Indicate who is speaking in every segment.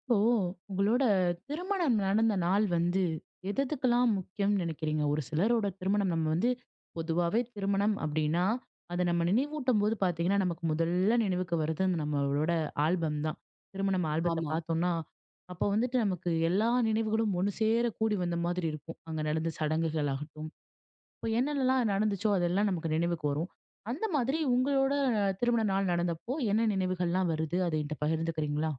Speaker 1: இப்போ உங்களோட திருமணம் நடந்த நாள் வந்து எது எதுக்கெல்லாம் முக்கியம்னு நினைக்கிறீங்க? ஒரு சிலரோட திருமணம் நம்ம வந்து பொதுவாவே திருமணம் அப்படின்னா, அத நம்ம நினைவூட்டும் போது பார்த்தீங்கன்னா, நமக்கு முதல்ல நினைவுக்கு வர்றது அந்த நம்மளோட ஆல்பம் தான். திருமணம் ஆல்பத்த
Speaker 2: ஆமா.
Speaker 1: பார்த்தோம்னா, அப்போ வந்துட்டு நமக்கு எல்லா நினைவுகளும் ஒண்ணு சேர கூடி வந்த மாதிரி இருக்கும். அங்க நடந்த சடங்குகள் ஆகட்டும், இப்போ என்னென்னலாம் நடந்துச்சோ அதெல்லாம் நமக்கு நினைவுக்கு வரும். அந்த மாதிரி உங்களோட திருமண நாள் நடந்தப்போ என்ன நினைவுகள்லாம் வருது? அத என்ட்ட பகிர்ந்துக்கிறீங்களா?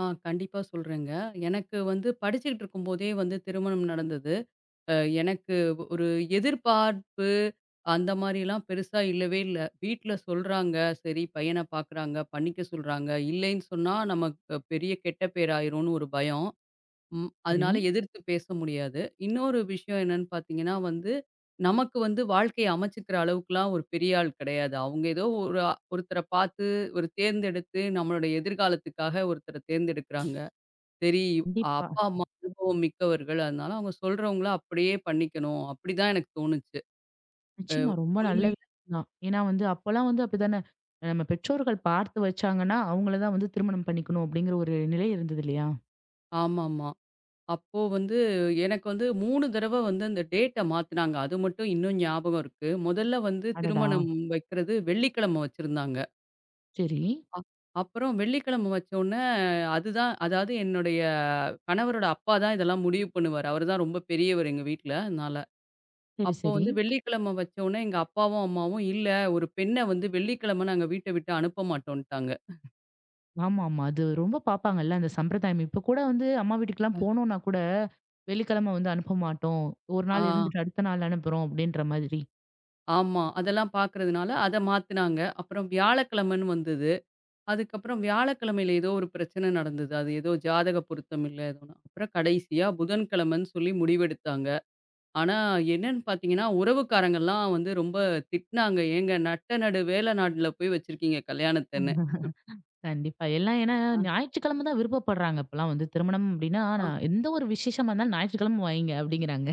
Speaker 2: கண்டிப்பா சொல்றேங்க. எனக்கு வந்து படிச்சுக்கிட்டு இருக்கும்போதே வந்து திருமணம் நடந்தது. அ எனக்கு ஒரு எதிர்பார்ப்பு அந்த மாரிலாம் பெருசா இல்லவே இல்ல. வீட்ல சொல்றாங்க, சரி பையன பார்க்குறாங்க, பண்ணிக்க சொல்றாங்க. இல்லைன்னு சொன்னா நமக்கு பெரிய கெட்ட பேர் ஆயிரும்னு ஒரு பயம்.
Speaker 1: சரி.
Speaker 2: அதனால எதிர்த்து பேச முடியாது. இன்னொரு விஷயம் என்னன்னு பார்த்தீங்கன்னா வந்து, நமக்கு வந்து வாழ்க்கைய அமைச்சுக்கிற அளவுக்குலாம் ஒரு பெரிய ஆள் கிடையாது. அவங்க ஏதோ ஒரு ஒருத்தர பார்த்து ஒரு தேர்ந்தெடுத்து நம்மளுடைய எதிர்காலத்துக்காக ஒருத்தர தேர்ந்தெடுக்கிறாங்க. சரி
Speaker 1: கண்டிப்பா.
Speaker 2: அப்பா, அம்மா அனுபவம் மிக்கவர்கள். அதனால அவங்க சொல்றவங்கள அப்படியே பண்ணிக்கணும். அப்படிதான் எனக்கு தோணுச்சு. அ
Speaker 1: நிச்சயமா. ரொம்ப நல்ல
Speaker 2: உண்மையில
Speaker 1: விஷயம் தான். ஏன்னா வந்து அப்பலாம் வந்து அப்படித்தானே. நம்ம பெற்றோர்கள் பார்த்து வச்சாங்கன்னா, அவங்கள தான் வந்து திருமணம் பண்ணிக்கணும் அப்படிங்கிற ஒரு நிலை இருந்தது இல்லையா?
Speaker 2: ஆமாமா. அப்போ வந்து எனக்கு வந்து 3 தடவ வந்து அந்த டேட்ட மாத்துனாங்க. அது மட்டும் இன்னும் ஞாபகம் இருக்கு. முதல்ல வந்து
Speaker 1: அடடா!
Speaker 2: திருமணம் வைக்கிறது வெள்ளிக்கிழமை வச்சிருந்தாங்க.
Speaker 1: சரி.
Speaker 2: அ அப்புறம் வெள்ளிக்கிழமை வச்சோனே அதுதான் அதாவது என்னுடைய கணவரோட அப்பா தான் இதெல்லாம் முடிவு பண்ணுவாரு. அவரு தான் ரொம்ப பெரியவர் எங்க வீட்ல. அதனால.
Speaker 1: சரி,
Speaker 2: அப்போ
Speaker 1: சரி.
Speaker 2: வந்து வெள்ளிக்கிழமை வச்சோனே எங்க அப்பாவும், அம்மாவும் இல்ல ஒரு பெண்ண வந்து வெள்ளிக்கிழமை நாங்க வீட்ட விட்டு அனுப்ப மாட்டோன்ட்டாங்க.
Speaker 1: ஆமாமா. அது ரொம்ப பார்ப்பாங்கல்ல அந்த சம்பிரதாயம். இப்ப கூட வந்து அம்மா வீட்டுக்குலாம் போனோம்னா கூட, வெள்ளிக்கிழமை வந்து அனுப்ப மாட்டோம். ஒரு
Speaker 2: ஆ
Speaker 1: நாள் இருந்துட்டு அடுத்த நாள் அனுப்புறோம் அப்படின்ற மாதிரி.
Speaker 2: ஆமா. அதெல்லாம் பார்க்கறதுனால அத மாத்துனாங்க. அப்புறம் வியாழக்கிழமைன்னு வந்தது. அதுக்கப்புறம் வியாழக்கிழமையில ஏதோ ஒரு பிரச்சனை நடந்தது. அது ஏதோ ஜாதக பொருத்தம் இல்ல ஏதோன்னு. அப்புறம் கடைசியா புதன்கிழமைன்னு சொல்லி முடிவெடுத்தாங்க. ஆனா என்னன்னு பார்த்தீங்கன்னா, உறவுக்காரங்கலாம் வந்து ரொம்ப திட்டினாங்க. "ஏங்க நட்ட நடு வேல நாடுல போய் வச்சிருக்கீங்க கல்யாணத்தன்னு."
Speaker 1: கண்டிப்பா. எல்லாம் ஏன்னா
Speaker 2: ஆ.
Speaker 1: ஞாயிற்றுக்கிழமை தான் விருப்பப்படுறாங்க. இப்பலாம் வந்து திருமணம் அப்படின்னா,
Speaker 2: ஆ
Speaker 1: நான் எந்த ஒரு விசேஷமா இருந்தாலும் ஞாயிற்றுக்கிழமை வைங்க அப்படிங்கிறாங்க.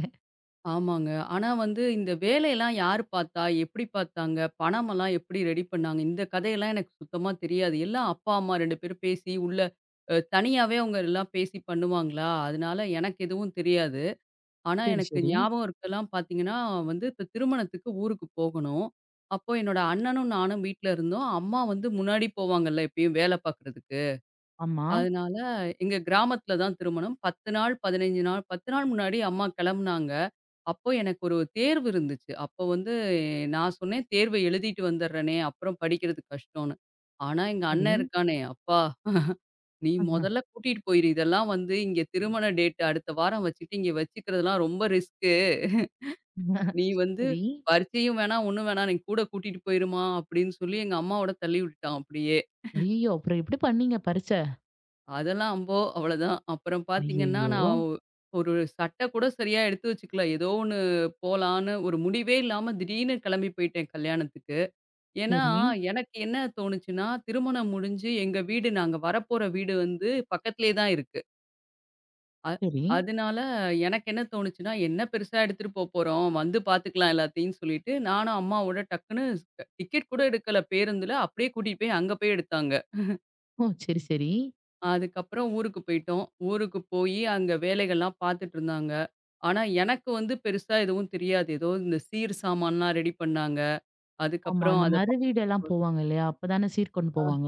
Speaker 2: ஆமாங்க. ஆனா வந்து இந்த வேலையெல்லாம் யார் பார்த்தா? எப்படி பார்த்தாங்க? பணமெல்லாம் எப்படி ரெடி பண்ணாங்க? இந்த கதையெல்லாம் எனக்கு சுத்தமா தெரியாது. எல்லாம் அப்பா, அம்மா 2 பேரும் பேசி உள்ள தனியாவே அவங்க எல்லாம் பேசி பண்ணுவாங்களா? அதனால எனக்கு எதுவும் தெரியாது. ஆனா,
Speaker 1: சரி,
Speaker 2: எனக்கு
Speaker 1: சரி.
Speaker 2: ஞாபகம் இருக்கலாம் பார்த்தீங்கன்னா, வந்து இப்ப திருமணத்துக்கு ஊருக்கு போகணும். அப்போ என்னோட அண்ணனும் நானும் வீட்ல இருந்தோம். அம்மா வந்து முன்னாடி போவாங்கல்ல எப்பயும் வேல பார்க்குறதுக்கு.
Speaker 1: ஆமா.
Speaker 2: அதனால எங்க கிராமத்துல தான் திருமணம். 10 நாள், 15 நாள் 10 நாள் முன்னாடி அம்மா கிளம்புனாங்க. அப்போ எனக்கு ஒரு தேர்வு இருந்துச்சு. அப்போ வந்து நான் சொன்னேன், "தேர்வ எழுதிட்டு வந்துடுறேனே, அப்புறம் படிக்கிறது கஷ்டம்னு." ஆனா, எங்க
Speaker 1: சரி.
Speaker 2: அண்ணன் இருக்கானே, அப்பா நீ மொதல்ல கூட்டிட்டு போயிரு. இதெல்லாம் வந்து இங்க திருமண டேட் அடுத்த வாரம் வச்சுட்டு, இங்க வச்சுக்கிறதெல்லாம் ரொம்ப ரிஸ்க்கு. நீ வந்து
Speaker 1: சரி.
Speaker 2: பரீட்சையும் வேணாம், ஒண்ணும் வேணாம். நீ கூட கூட்டிட்டு போயிரும்மா அப்படின்னு சொல்லி எங்க அம்மாவோட தள்ளி விட்டுட்டான் அப்படியே.
Speaker 1: ஐய்யய்யோ! அப்புறம் எப்படி பண்ணீங்க பறிச்ச?
Speaker 2: அதெல்லாம் அம்போ அவ்வளோதான். அப்புறம் பார்த்தீங்கன்னா,
Speaker 1: ஐய்யய்யோ!
Speaker 2: நான் ஒரு சட்டை கூட சரியா எடுத்து வச்சுக்கல. ஏதோ ஒண்ணு போலான்னு ஒரு முடிவே இல்லாம திடீர்னு கிளம்பி போயிட்டேன் கல்யாணத்துக்கு. ஏன்னா,
Speaker 1: சரி,
Speaker 2: எனக்கு என்ன தோணுச்சுன்னா, திருமணம் முடிஞ்சு எங்க வீடு நாங்க வரப்போற வீடு வந்து பக்கத்திலேயே தான் இருக்கு. அ
Speaker 1: சரி.
Speaker 2: அதனால எனக்கு என்ன தோணுச்சுன்னா, என்ன பெருசா எடுத்துட்டு போறோம். வந்து பார்த்துக்கலாம் எல்லாத்தையும் சொல்லிட்டு, நானும் அம்மாவோட டக்குன்னு டிக்கெட் கூட எடுக்கல பேருந்துல. அப்படியே கூட்டிட்டு போய் அங்க போய் எடுத்தாங்க.
Speaker 1: ஓ! சரி, சரி.
Speaker 2: அதுக்கப்புறம் ஊருக்கு போயிட்டோம். ஊருக்கு போயி அங்க வேலைகள்லாம் பார்த்துட்டு இருந்தாங்க. ஆனா, எனக்கு வந்து பெருசா எதுவும் தெரியாது. ஏதோ இந்த சீர் சாமான்லாம் ரெடி பண்ணாங்க.
Speaker 1: ஆமா.
Speaker 2: அதுக்கப்புறம்
Speaker 1: அந்த
Speaker 2: அத
Speaker 1: மறு வீடெல்லாம் போவாங்க இல்லையா? அப்பதானே சீர் கொண்டு போவாங்க.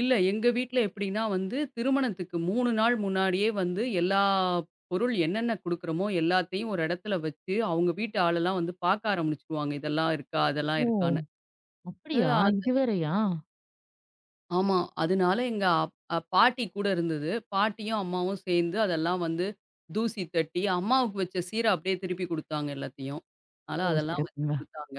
Speaker 2: இல்ல. எங்க வீட்ல எப்படின்னா வந்து, திருமணத்துக்கு 3 நாள் முன்னாடியே வந்து எல்லா பொருள் என்னென்ன குடுக்குறோமோ, எல்லாத்தையும் ஒரு இடத்துல வச்சு, அவங்க வீட்டு ஆளெல்லாம் வந்து பாக்க ஆரம்பிச்சுருவாங்க. இதெல்லாம் இருக்கா? அதெல்லாம்
Speaker 1: ஓ!
Speaker 2: இருக்கான்னு.
Speaker 1: அப்படியா? இது வேறையா?
Speaker 2: ஆமா. அதனால எங்க அப் அ பாட்டி கூட இருந்தது. பாட்டியும், அம்மாவும் சேர்ந்து அதெல்லாம் வந்து தூசி தட்டி, அம்மாவுக்கு வச்ச சீர அப்படியே திருப்பி குடுத்தாங்க எல்லாத்தையும்.
Speaker 1: ஓ!
Speaker 2: அதனால அதெல்லாம் வச்சு
Speaker 1: சிறப்புங்க.
Speaker 2: குடுத்தாங்க.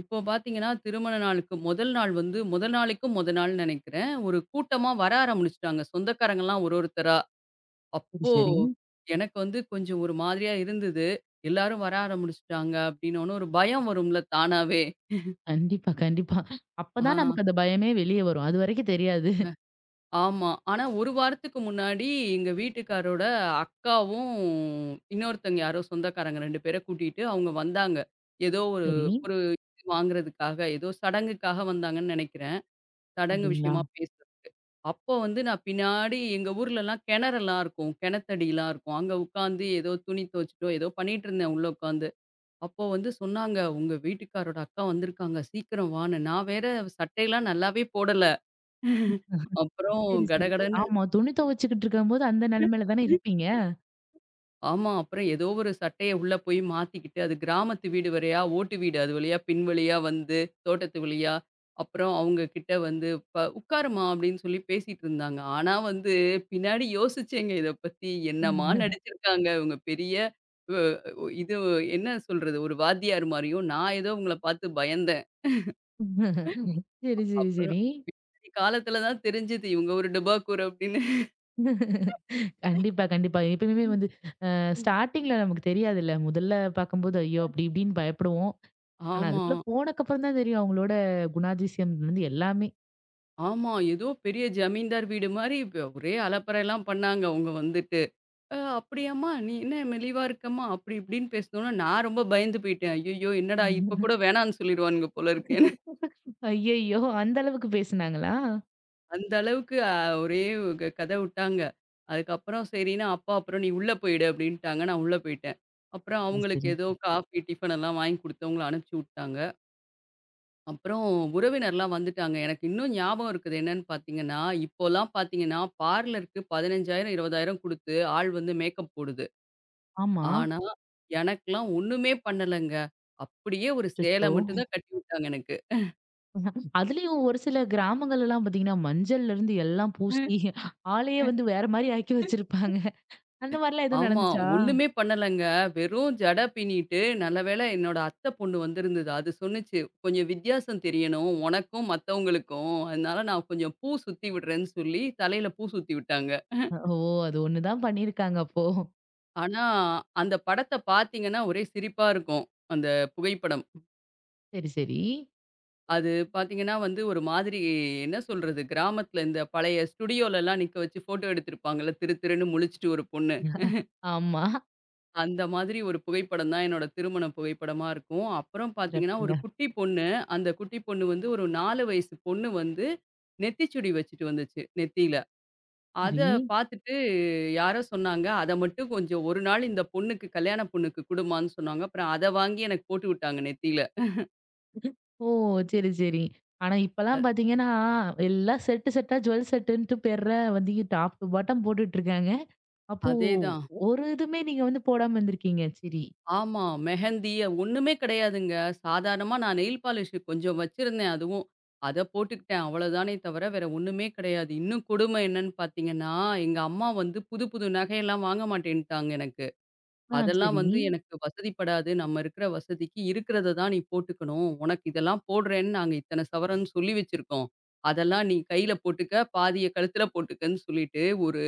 Speaker 2: இப்போ பார்த்தீங்கன்னா, திருமண நாளுக்கு முதல் நாள் வந்து முதல் நாளைக்கும் மொத நாள்ன்னு நெனைக்கிறேன். ஒரு கூட்டமா வர ஆரம்பிச்சுட்டாங்க. சொந்தக்காரங்கலாம் ஒரு ஒருத்தரா.
Speaker 1: சரி,
Speaker 2: அப்போ
Speaker 1: சரி.
Speaker 2: எனக்கு வந்து கொஞ்சம் ஒரு மாதிரியா இருந்தது. எல்லாரும் வர ஆரம்பிச்சுட்டாங்க அப்படின்னோன ஒரு பயம் வரும்ல தானாவே.
Speaker 1: கண்டிப்பா, கண்டிப்பா.
Speaker 2: ஆ.
Speaker 1: அப்பதான் நமக்கு அந்த பயமே வெளிய வரும். அதுவரைக்கும் தெரியாது.
Speaker 2: ஆமா. ஆனா, 1 வாரத்துக்கு முன்னாடி எங்க வீட்டுக்காரோட அக்காவும், இன்னொருத்தங்க யாரோ சொந்தக்காரங்க 2 பேர கூட்டிட்டு அவங்க வந்தாங்க. ஏதோ ஒரு
Speaker 1: சரி.
Speaker 2: ஒரு வாங்குறதுக்காக, ஏதோ சடங்குக்காக வந்தாங்கன்னு நெனைக்கிறேன். சடங்கு
Speaker 1: அப்படிங்களா?
Speaker 2: விஷயமா பேசுறதுக்கு. அப்போ வந்து நான் பின்னாடி எங்க ஊர்லலாம் கிணறெல்லாம் இருக்கும். கிணத்தடிலாம் இருக்கும். அங்க உட்காந்து ஏதோ துணி துவச்சுட்டோ, ஏதோ பண்ணிட்டுருந்தேன் உள்ள உட்காந்து. அப்போ வந்து சொன்னாங்க, "உங்க வீட்டுக்காரோட அக்கா வந்திருக்காங்க. சீக்கிரம் வான்னு." நான் வேற சட்டையெல்லாம் நல்லாவே போடல. அப்புறம்
Speaker 1: சரி, சரி.
Speaker 2: கடகடன்னு
Speaker 1: ஆமா. துணி துவைச்சுக்கிட்டு இருக்கும்போது அந்த நிலைமையில தானே இருப்பீங்க.
Speaker 2: ஆமா. அப்புறம் ஏதோ ஒரு சட்டைய உள்ள போய் மாத்திக்கிட்டு, அது கிராமத்து வீடு வரையா, ஓட்டு வீடு அது வழியா, பின் வழியா வந்து, தோட்டத்து வழியா, அப்புறம் அவங்க கிட்ட வந்து "உட்காருமா" அப்படின்னு சொல்லி பேசிட்டு இருந்தாங்க. ஆனா வந்து, பின்னாடி யோசிச்சேங்க இத பத்தி. என்னம்மா நடிச்சிருக்காங்க இவங்க பெரிய வ இது என்ன சொல்றது? ஒரு வாத்தியார் மாரியும், நான் ஏதோ இவங்கள பார்த்து பயந்தேன்.
Speaker 1: சரி, சரி,
Speaker 2: அப்புறம்
Speaker 1: சரி.
Speaker 2: பிற்காலத்துல தான் தெரிஞ்சது, இவங்க ஒரு டுபாக்கூர் அப்படின்னு.
Speaker 1: கண்டிப்பா, கண்டிப்பா. எப்பயுமே வந்து ஸ்டார்ட்டிங்ல நமக்கு தெரியாதுல்ல. முதல்ல பார்க்கும்போது, ஐயோ! அப்படி இப்படின்னு பயப்படுவோம். ஆனா,
Speaker 2: ஆமா.
Speaker 1: அதுக்குள்ள போனக்கப்புறம் தான் தெரியும் அவங்களோட குணாதிசயம்லருந்து எல்லாமே.
Speaker 2: ஆமா. ஏதோ பெரிய ஜமீன்தார் வீடு மாரி ஒரே அலப்பறைலாம் பண்ணாங்க அவங்க வந்துட்டு. அப்படியாம்மா! நீ என்ன மெலிவா இருக்கம்மா?" அப்படி இப்படின்னு பேசினோனே நான் ரொம்ப பயந்து போயிட்டேன். ஐய்யய்யோ! என்னடா இப்ப கூட வேணான்னு சொல்லிருவானுங்க போல இருக்கேன்னு.
Speaker 1: ஐயய்யோ! அந்த அளவுக்கு பேசுனாங்களா?
Speaker 2: அந்த அளவுக்கு ஒரே கத விட்டாங்க. அதுக்கப்புறம் சரின்னு அப்பா அப்புறம் "நீ உள்ள போயிடு" அப்படின்ட்டாங்க. நான் உள்ள போயிட்டேன். அப்புறம்
Speaker 1: அது
Speaker 2: அவங்களுக்கு
Speaker 1: சரி.
Speaker 2: ஏதோ காஃபி, டிஃபன் எல்லாம் வாங்கி குடுத்து அவங்கள அனுப்பிச்சு விட்டாங்க. அப்புறம் உறவினர்லாம் வந்துட்டாங்க. எனக்கு இன்னும் ஞாபகம் இருக்குது என்னன்னு பார்த்தீங்கன்னா, இப்போலாம் பார்த்தீங்கன்னா, பார்லருக்கு 15,000 20,000 குடுத்து ஆள் வந்து மேக்கப் போடுது.
Speaker 1: ஆமா.
Speaker 2: ஆனா, எனக்கெல்லாம் ஒண்ணுமே பண்ணலங்க. அப்படியே ஒரு சேலை
Speaker 1: அச்சச்சோ!
Speaker 2: மட்டும் தான் கட்டி விட்டாங்க எனக்கு.
Speaker 1: அதுலயும் ஒரு சில கிராமங்கள்லலாம் பார்த்தீங்கன்னா, மஞ்சள்லருந்து எல்லாம் பூசி, ஆளையே வந்து வேற மாரி ஆக்கி வச்சிருப்பாங்க. அந்த மாரிலாம் எதுவும்
Speaker 2: ஆமா.
Speaker 1: நடந்துச்சா?
Speaker 2: ஒண்ணுமே பண்ணலங்க. வெறும் ஜட பின்னிட்டு நல்ல வேளை என்னோட அத்தை பொண்ணு வந்திருந்தது. அது சொன்னுச்சு, "கொஞ்சம் வித்தியாசம் தெரியணும் உனக்கும் மத்தவங்களுக்கும். அதனால நான் கொஞ்சம் பூ சுத்தி விடுறேன்னு" சொல்லி தலையில பூ சுத்தி விட்டாங்க.
Speaker 1: ஓ! அது ஒண்ணு தான் பண்ணியிருக்காங்க அப்போ.
Speaker 2: ஆனா, அந்த படத்த பார்த்தீங்கன்னா, ஒரே சிரிப்பா இருக்கும். அந்த புகைப்படம்.
Speaker 1: சரி, சரி.
Speaker 2: அது பார்த்தீங்கன்னா வந்து, ஒரு மாதிரி என்ன சொல்றது? கிராமத்தில இந்த பழைய ஸ்டுடியோலலாம் நிக்க வச்சு ஃபோட்டோ எடுத்திருப்பாங்கல்ல, திரு திருன்னு முழிச்சுட்டு ஒரு பொண்ணு.
Speaker 1: ஆமா.
Speaker 2: அந்த மாதிரி ஒரு புகைப்படம் தான் என்னோட திருமண புகைப்படமா இருக்கும். அப்புறம் பார்த்தீங்கன்னா, ஒரு
Speaker 1: சிறப்புங்க.
Speaker 2: குட்டி பொண்ணு. அந்த குட்டி பொண்ணு வந்து ஒரு 4 வயசு பொண்ணு வந்து, நெத்திச்சுடி வச்சுட்டு வந்துச்சு, நெத்தியில. அத
Speaker 1: சரி.
Speaker 2: பார்த்துட்டு யாரோ சொன்னாங்க. அத மட்டும் கொஞ்சம் ஒரு நாள் இந்த பொண்ணுக்கு கல்யாண பொண்ணுக்கு குடும்மான்னு சொன்னாங்க. அப்புறம் அத வாங்கி எனக்கு போட்டு விட்டாங்க நெத்தியில.
Speaker 1: ஓ! சரி, சரி. ஆனா
Speaker 2: அ
Speaker 1: இப்பலாம் பார்த்தீங்கன்னா, எல்லாம் செட்டு செட்டா ஜுவல் செட்டுன்ட்டு பேர்ல வந்து டாப் டூ பாட்டம் போட்டுட்டு இருக்காங்க. அப்போ
Speaker 2: அதேதான்.
Speaker 1: ஒரு இதுவுமே நீங்க வந்து போடாம இருந்திருக்கீங்க. சரி.
Speaker 2: ஆமா. மெஹந்தி ஒண்ணுமே கிடையாதுங்க. சாதாரணமா நான் நெயில் பாலிஷ் கொஞ்சம் வச்சிருந்தேன் அதுவும். அத போட்டுக்கிட்டேன் அவ்வளோதானே தவிர வேற ஒண்ணுமே கிடையாது. இன்னும் கொடுமை என்னன்னு பார்த்தீங்கன்னா, எங்க அம்மா வந்து புது புது நகையெல்லாம் வாங்க மாட்டேன்ட்டாங்க எனக்கு.
Speaker 1: ஆ
Speaker 2: அதெல்லாம்
Speaker 1: சரி.
Speaker 2: வந்து எனக்கு வசதிப்படாது. நம்ம இருக்கிற வசதிக்கு இருக்கிறத தான் நீ போட்டுக்கணும். உனக்கு இதெல்லாம் போடுறேன்னு நாங்க இத்தன சவரன்னு சொல்லி வச்சிருக்கோம். அதெல்லாம் நீ கையில போட்டுக்க, பாதிய கழுத்துல போட்டுக்கன்னு சொல்லிட்டு, ஒரு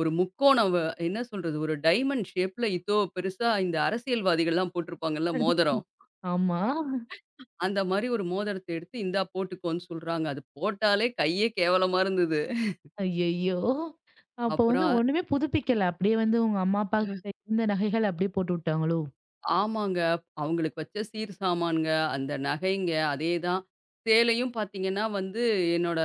Speaker 2: ஒரு முக்கோணம் என்ன சொல்றது? ஒரு டைமண்ட் ஷேப்ல இவ்ளோ பெருசா இந்த அரசியல்வாதிகள்லாம் போட்டிருப்பாங்கல்ல மோதிரம்.
Speaker 1: ஆமா.
Speaker 2: அந்த மாரி ஒரு மோதிரத்த எடுத்து, "இந்தா போட்டுக்கோன்னு" சொல்றாங்க. அது போட்டாலே கையே கேவலமா இருந்தது.
Speaker 1: ஐயய்யோ! அப்போ வந்து
Speaker 2: அப்புறம்
Speaker 1: ஒண்ணுமே புதுப்பிக்கல. அப்படியே வந்து உங்க அம்மா, அப்பா கிட்ட இருந்த நகைகள் அப்படியே போட்டு விட்டாங்களோ?
Speaker 2: ஆமாங்க. அவங்களுக்கு வச்ச சீர் சாமான்ங்க, அந்த நகைங்க அதே தான். சேலையும் பார்த்தீங்கன்னா வந்து, என்னோட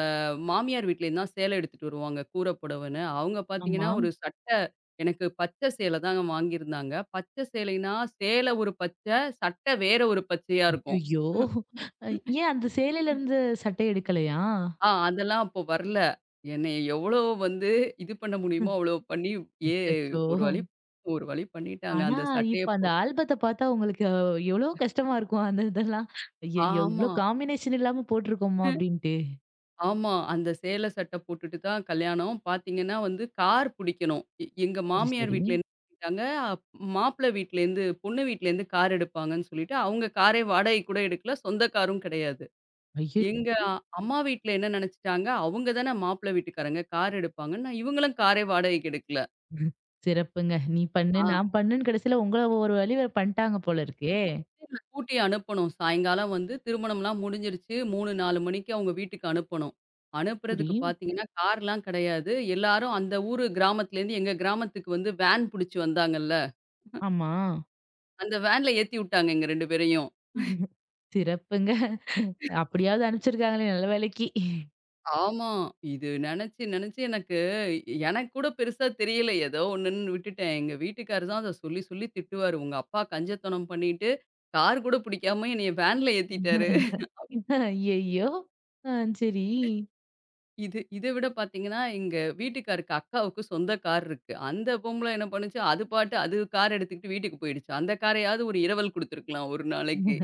Speaker 2: மாமியார் வீட்லேருந்து தான் சேலை எடுத்துட்டு வருவாங்க, கூர புடவைன்னு. அவங்க பார்த்தீங்கன்னா,
Speaker 1: ஆமா.
Speaker 2: ஒரு சட்டை எனக்கு பச்சை சேலை தாங்க வாங்கியிருந்தாங்க. பச்சை சேலைனா, சேலை ஒரு பச்சை, சட்டை வேற ஒரு பச்சையா இருக்கும்.
Speaker 1: ஐயய்யோ! அ ஏன் அந்த சேலையில இருந்து சட்டை எடுக்கலையா?
Speaker 2: அதெல்லாம் அப்போ வரல. என்னைய எவ்வளோ வந்து இது பண்ண முடியுமோ, அவ்வளோ பண்ணி, ஏ
Speaker 1: அச்சச்சோ!
Speaker 2: ஒரு வழி பண்ணிட்டாங்க.
Speaker 1: ஆனா,
Speaker 2: அந்த சட்டைய
Speaker 1: இப்ப அந்த ஆல்பத்த பார்த்தா உங்களுக்கு எவ்ளோ கஷ்டமா இருக்கும். அந்த இதெல்லாம். ஐயய்யோ! இவ்ளோ
Speaker 2: ஆமா.
Speaker 1: காம்பினேஷன் இல்லாம போட்டுருக்கோமா அப்டின்ட்டு.
Speaker 2: ஆமா. அந்த சேலை சட்டை போட்டுட்டு தான் கல்யாணம். பார்த்தீங்கன்னா வந்து கார் புடிக்கணும். எங்க
Speaker 1: சரி,
Speaker 2: மாமியார்
Speaker 1: சரி.
Speaker 2: வீட்ல என்ன பண்ணிட்டாங்க, மாப்பிளை வீட்லேருந்து பொண்ணு வீட்லேருந்து கார் எடுப்பாங்கன்னு சொல்லிட்டு, அவங்க காரே வாடகைக்கு கூட எடுக்கல. சொந்த காரும் கிடையாது.
Speaker 1: ஐயோ!
Speaker 2: எங்க அம்மா வீட்ல என்ன நெனச்சுட்டாங்க, அவங்க தானே மாப்பிளை வீட்டுக்காரங்க, கார் எடுப்பாங்கன்னு. நான் இவங்களும் காரே வாடகைக்கு எடுக்கல.
Speaker 1: சிறப்புங்க. நீ பண்ணு,
Speaker 2: ஆ.
Speaker 1: நான் பண்ணுன்னு கடைசில உங்கள ஒரு வழி பண்ட்டாங்க போல இருக்கே.
Speaker 2: இப்போ வந்து நான் கூட்டி அனுப்பணும். சாயங்காலம் வந்து திருமணம்லாம் முடிஞ்சிருச்சு. 3, 4 மணிக்கு அவங்க வீட்டுக்கு அனுப்பணும்.
Speaker 1: சரி.
Speaker 2: அனுப்புறதுக்கு பார்த்தீங்கன்னா, கார்லாம் கிடையாது. எல்லாரும் அந்த ஊரு கிராமத்துலேருந்து எங்க கிராமத்துக்கு வந்து வேன் புடிச்சு வந்தாங்கல்ல.
Speaker 1: ஆமா.
Speaker 2: அந்த வேன்ல ஏத்தி விட்டாங்க எங்க 2 பேரையும்.
Speaker 1: சிறப்புங்க. அப்படியாவது அனுப்பிச்சிருக்காங்களே நல்ல வேலைக்கு.
Speaker 2: ஆமா. இது நெனச்சு நெனச்சு எனக்கு எனக்கு கூட பெருசா தெரியல. ஏதோ ஒண்ணுன்னு விட்டுட்டேன். எங்க வீட்டுக்காரரு தான் அத சொல்லி சொல்லி திட்டுவாரு. "உங்க அப்பா கஞ்சத்தனம் பண்ணிட்டு, கார் கூட பிடிக்காம என்னைய வேன்ல ஏத்திட்டாரு."
Speaker 1: ஐயய்யோ! ஆ சரி.
Speaker 2: இது இத விட பார்த்தீங்கன்னா, எங்க வீட்டுக்காருக்கு அக்காவுக்கு சொந்த கார் இருக்கு. அந்த பொம்பள என்ன பண்ணுச்சு, அது பாட்டு அது கார் எடுத்துக்கிட்டு வீட்டுக்கு போயிடுச்சு. அந்த காரையாவது ஒரு இரவல் குடுத்துருக்கலாம் 1 நாளைக்கு.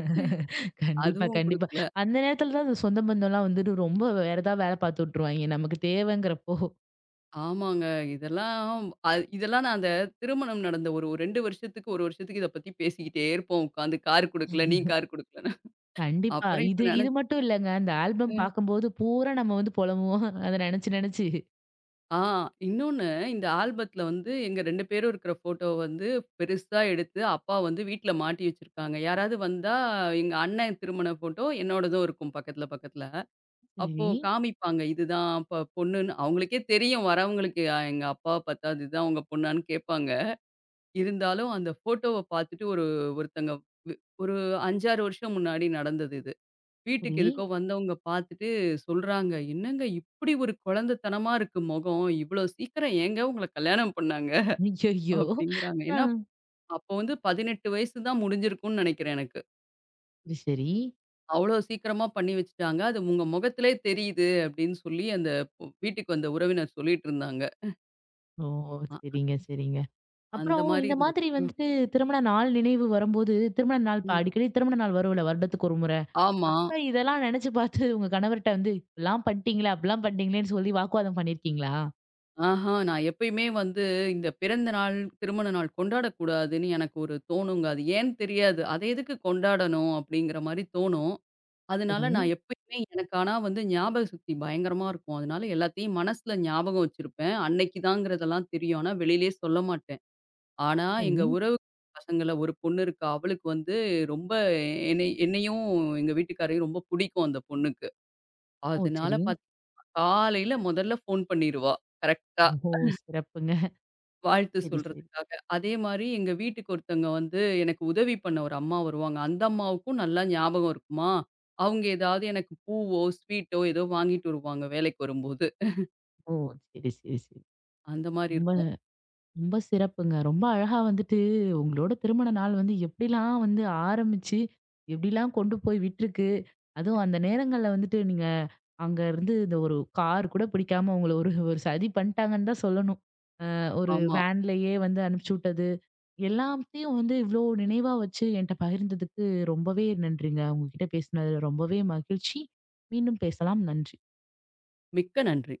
Speaker 1: கண்டிப்பா,
Speaker 2: அதுவும்
Speaker 1: கண்டிப்பா.
Speaker 2: குடுக்கல.
Speaker 1: அந்த நேரத்துல தான் அந்த சொந்த பந்தம்லாம் வந்துட்டு ரொம்ப வேற ஏதாவது வேல பார்த்து விட்டுருவாய்ங்க. நமக்கு தேவைங்கிறப்போ.
Speaker 2: ஆமாங்க. இதெல்லாம் அ இதெல்லாம் நான் அந்த திருமணம் நடந்த ஒரு 2 வருஷத்துக்கு, 1 வருஷத்துக்கு இத பத்தி பேசிக்கிட்டே இருப்போம் உட்காந்து. கார் குடுக்கல, நீ கார் குடுக்கலன்னு.
Speaker 1: கண்டிப்பா.
Speaker 2: அப்புறம் இப்ப
Speaker 1: இது இது
Speaker 2: நெனச்சேன்
Speaker 1: மட்டும் இல்லங்க. அந்த ஆல்பம் பார்க்கும்போது பூரா நம்ம வந்து புலம்புவோம். அத நெனச்சு நெனச்சு.
Speaker 2: ஆ இன்னொன்னு, இந்த ஆல்பத்தில வந்து எங்க 2 பேரும் இருக்கிற ஃபோட்டோவ வந்து பெருசா எடுத்து அப்பா வந்து வீட்ல மாட்டி வச்சிருக்காங்க. யாராவது வந்தா எங்க அண்ணன் திருமண ஃபோட்டோ என்னோடதும் இருக்கும் பக்கத்தில, பக்கத்தில. அப்போ
Speaker 1: சரி,
Speaker 2: காமிப்பாங்க. இதுதான் அப்ப பொண்ணுன்னு. அவங்களுக்கே தெரியும் வரவங்களுக்கு எங்க அப்பாவ பார்த்தா இதுதான் உங்க பொண்ணான்னு கேட்பாங்க. இருந்தாலும் அந்த ஃபோட்டோவ பார்த்துட்டு ஒரு ஒருத்தங்க வி ஒரு 5, 6 வருஷம் முன்னாடி நடந்தது இது. வீட்டுக்கு
Speaker 1: சரி.
Speaker 2: எதுக்கோ வந்தவங்க பார்த்துட்டு சொல்றாங்க, "என்னங்க இப்படி ஒரு குழந்தைத்தனமா இருக்கு மொகம். இவ்வளோ சீக்கிரம் ஏங்க உங்கள கல்யாணம் பண்ணாங்க?"
Speaker 1: ஐய்யய்யோ!
Speaker 2: அப்படிங்கிறாங்க.
Speaker 1: ஆ.
Speaker 2: ஏன்னா, அப்போ வந்து 18 வயசு தான் முடிஞ்சிருக்கும்னு நெனைக்கிறேன் எனக்கு.
Speaker 1: சரி, சரி.
Speaker 2: அவ்வளோ சீக்கிரமா பண்ணி வச்சுட்டாங்க. "அது உங்க மொகத்திலே தெரியுது" அப்படின்னு சொல்லி அந்த வீட்டுக்கு வந்த உறவினர் சொல்லிட்டு இருந்தாங்க.
Speaker 1: ஓ!
Speaker 2: அ
Speaker 1: சரிங்க, சரிங்க.
Speaker 2: அந்த
Speaker 1: அப்புறம்
Speaker 2: மாரி
Speaker 1: இந்த
Speaker 2: இருந்தது.
Speaker 1: மாதிரி
Speaker 2: ம்.
Speaker 1: வந்துட்டு திருமண நாள் நினைவு வரும்போது, திருமண நாள் இப்ப
Speaker 2: ம்.
Speaker 1: அடிக்கடி திருமண நாள் வரும்ல வருடத்துக்கு ஒரு முறை.
Speaker 2: ஆமா.
Speaker 1: அப்ப இதெல்லாம் நெனச்சு பார்த்து உங்க கணவர்ட்ட வந்து, "இப்படிலாம் பண்ணிட்டீங்களே, அப்படிலாம் பண்ணிட்டீங்களேன்னு" சொல்லி வாக்குவாதம் பண்ணியிருக்கீங்களா?
Speaker 2: ஆஹா! நான் எப்பயுமே வந்து இந்த பிறந்த நாள், திருமண நாள் கொண்டாடக்கூடாதுன்னு எனக்கு ஒரு தோணுங்க. அது ஏன்னு தெரியாது. "அத எதுக்கு கொண்டாடணும்?" அப்படிங்கிற மாரி தோணும். அதனால
Speaker 1: சரி,
Speaker 2: நான் எப்பயுமே எனக்கு ஆனா வந்து ஞாபக சக்தி பயங்கரமா இருக்கும். அதனால எல்லாத்தையும் மனசுல ஞாபகம் வச்சிருப்பேன். அன்னைக்கு தாங்கிறதெல்லாம் தெரியும். ஆனா வெளியிலயே சொல்ல மாட்டேன். ஆனா எங்க
Speaker 1: சரி.
Speaker 2: உறவு பசங்கள்ல ஒரு பொண்ணு இருக்கா. அவளுக்கு வந்து ரொம்ப என்னையும் எங்க வீட்டுக்காரையும் ரொம்ப புடிக்கும் அந்த பொண்ணுக்கு.
Speaker 1: ஓ!
Speaker 2: அதனால
Speaker 1: சரி.
Speaker 2: பாத்தா காலையில முதல்ல ஃபோன் பண்ணிருவா. கரெக்ட்டா.
Speaker 1: ஓ! சிறப்புங்க.
Speaker 2: வாழ்த்து
Speaker 1: சரி, சரி.
Speaker 2: சொல்றதுக்காக. அதே மாரி எங்க வீட்டுக்கு ஒருத்தவங்க வந்து எனக்கு உதவி பண்ண ஒரு அம்மா வருவாங்க. அந்த அம்மாவுக்கும் நல்லா ஞாபகம் இருக்குமா, அவங்க ஏதாவது எனக்கு பூவோ, ஸ்வீட்டோ ஏதோ வாங்கிட்டு வருவாங்க வேலைக்கு வரும்போது.
Speaker 1: ஓ! சரி, சரி, சரி.
Speaker 2: அந்த மாரி
Speaker 1: ரொம்ப
Speaker 2: இருக்கும்.
Speaker 1: ரொம்ப சிறப்புங்க. ரொம்ப அழகா வந்துட்டு உங்களோட திருமண நாள் வந்து எப்படிலாம் வந்து ஆரம்பிச்சு, எப்படிலாம் கொண்டு போய் விட்டுருக்கு. அதுவும் அந்த நேரங்கள்ல வந்துட்டு நீங்க அங்க இருந்து இந்த ஒரு கார் கூட பிடிக்காம உங்கள ஒரு ஒரு சதி பண்ணிட்டாங்கன்னு தான் சொல்லணும். அ ஒரு
Speaker 2: ஆமா.
Speaker 1: வேன்லயே வந்து அனுப்பிச்சு விட்டது. எல்லாத்தையும் வந்து இவ்ளோ நினைவா வச்சு என்ட்ட பகிர்ந்ததுக்கு ரொம்பவே நன்றிங்க. உங்ககிட்ட பேசினது ரொம்பவே மகிழ்ச்சி. மீண்டும் பேசலாம். நன்றி.
Speaker 2: மிக்க நன்றி.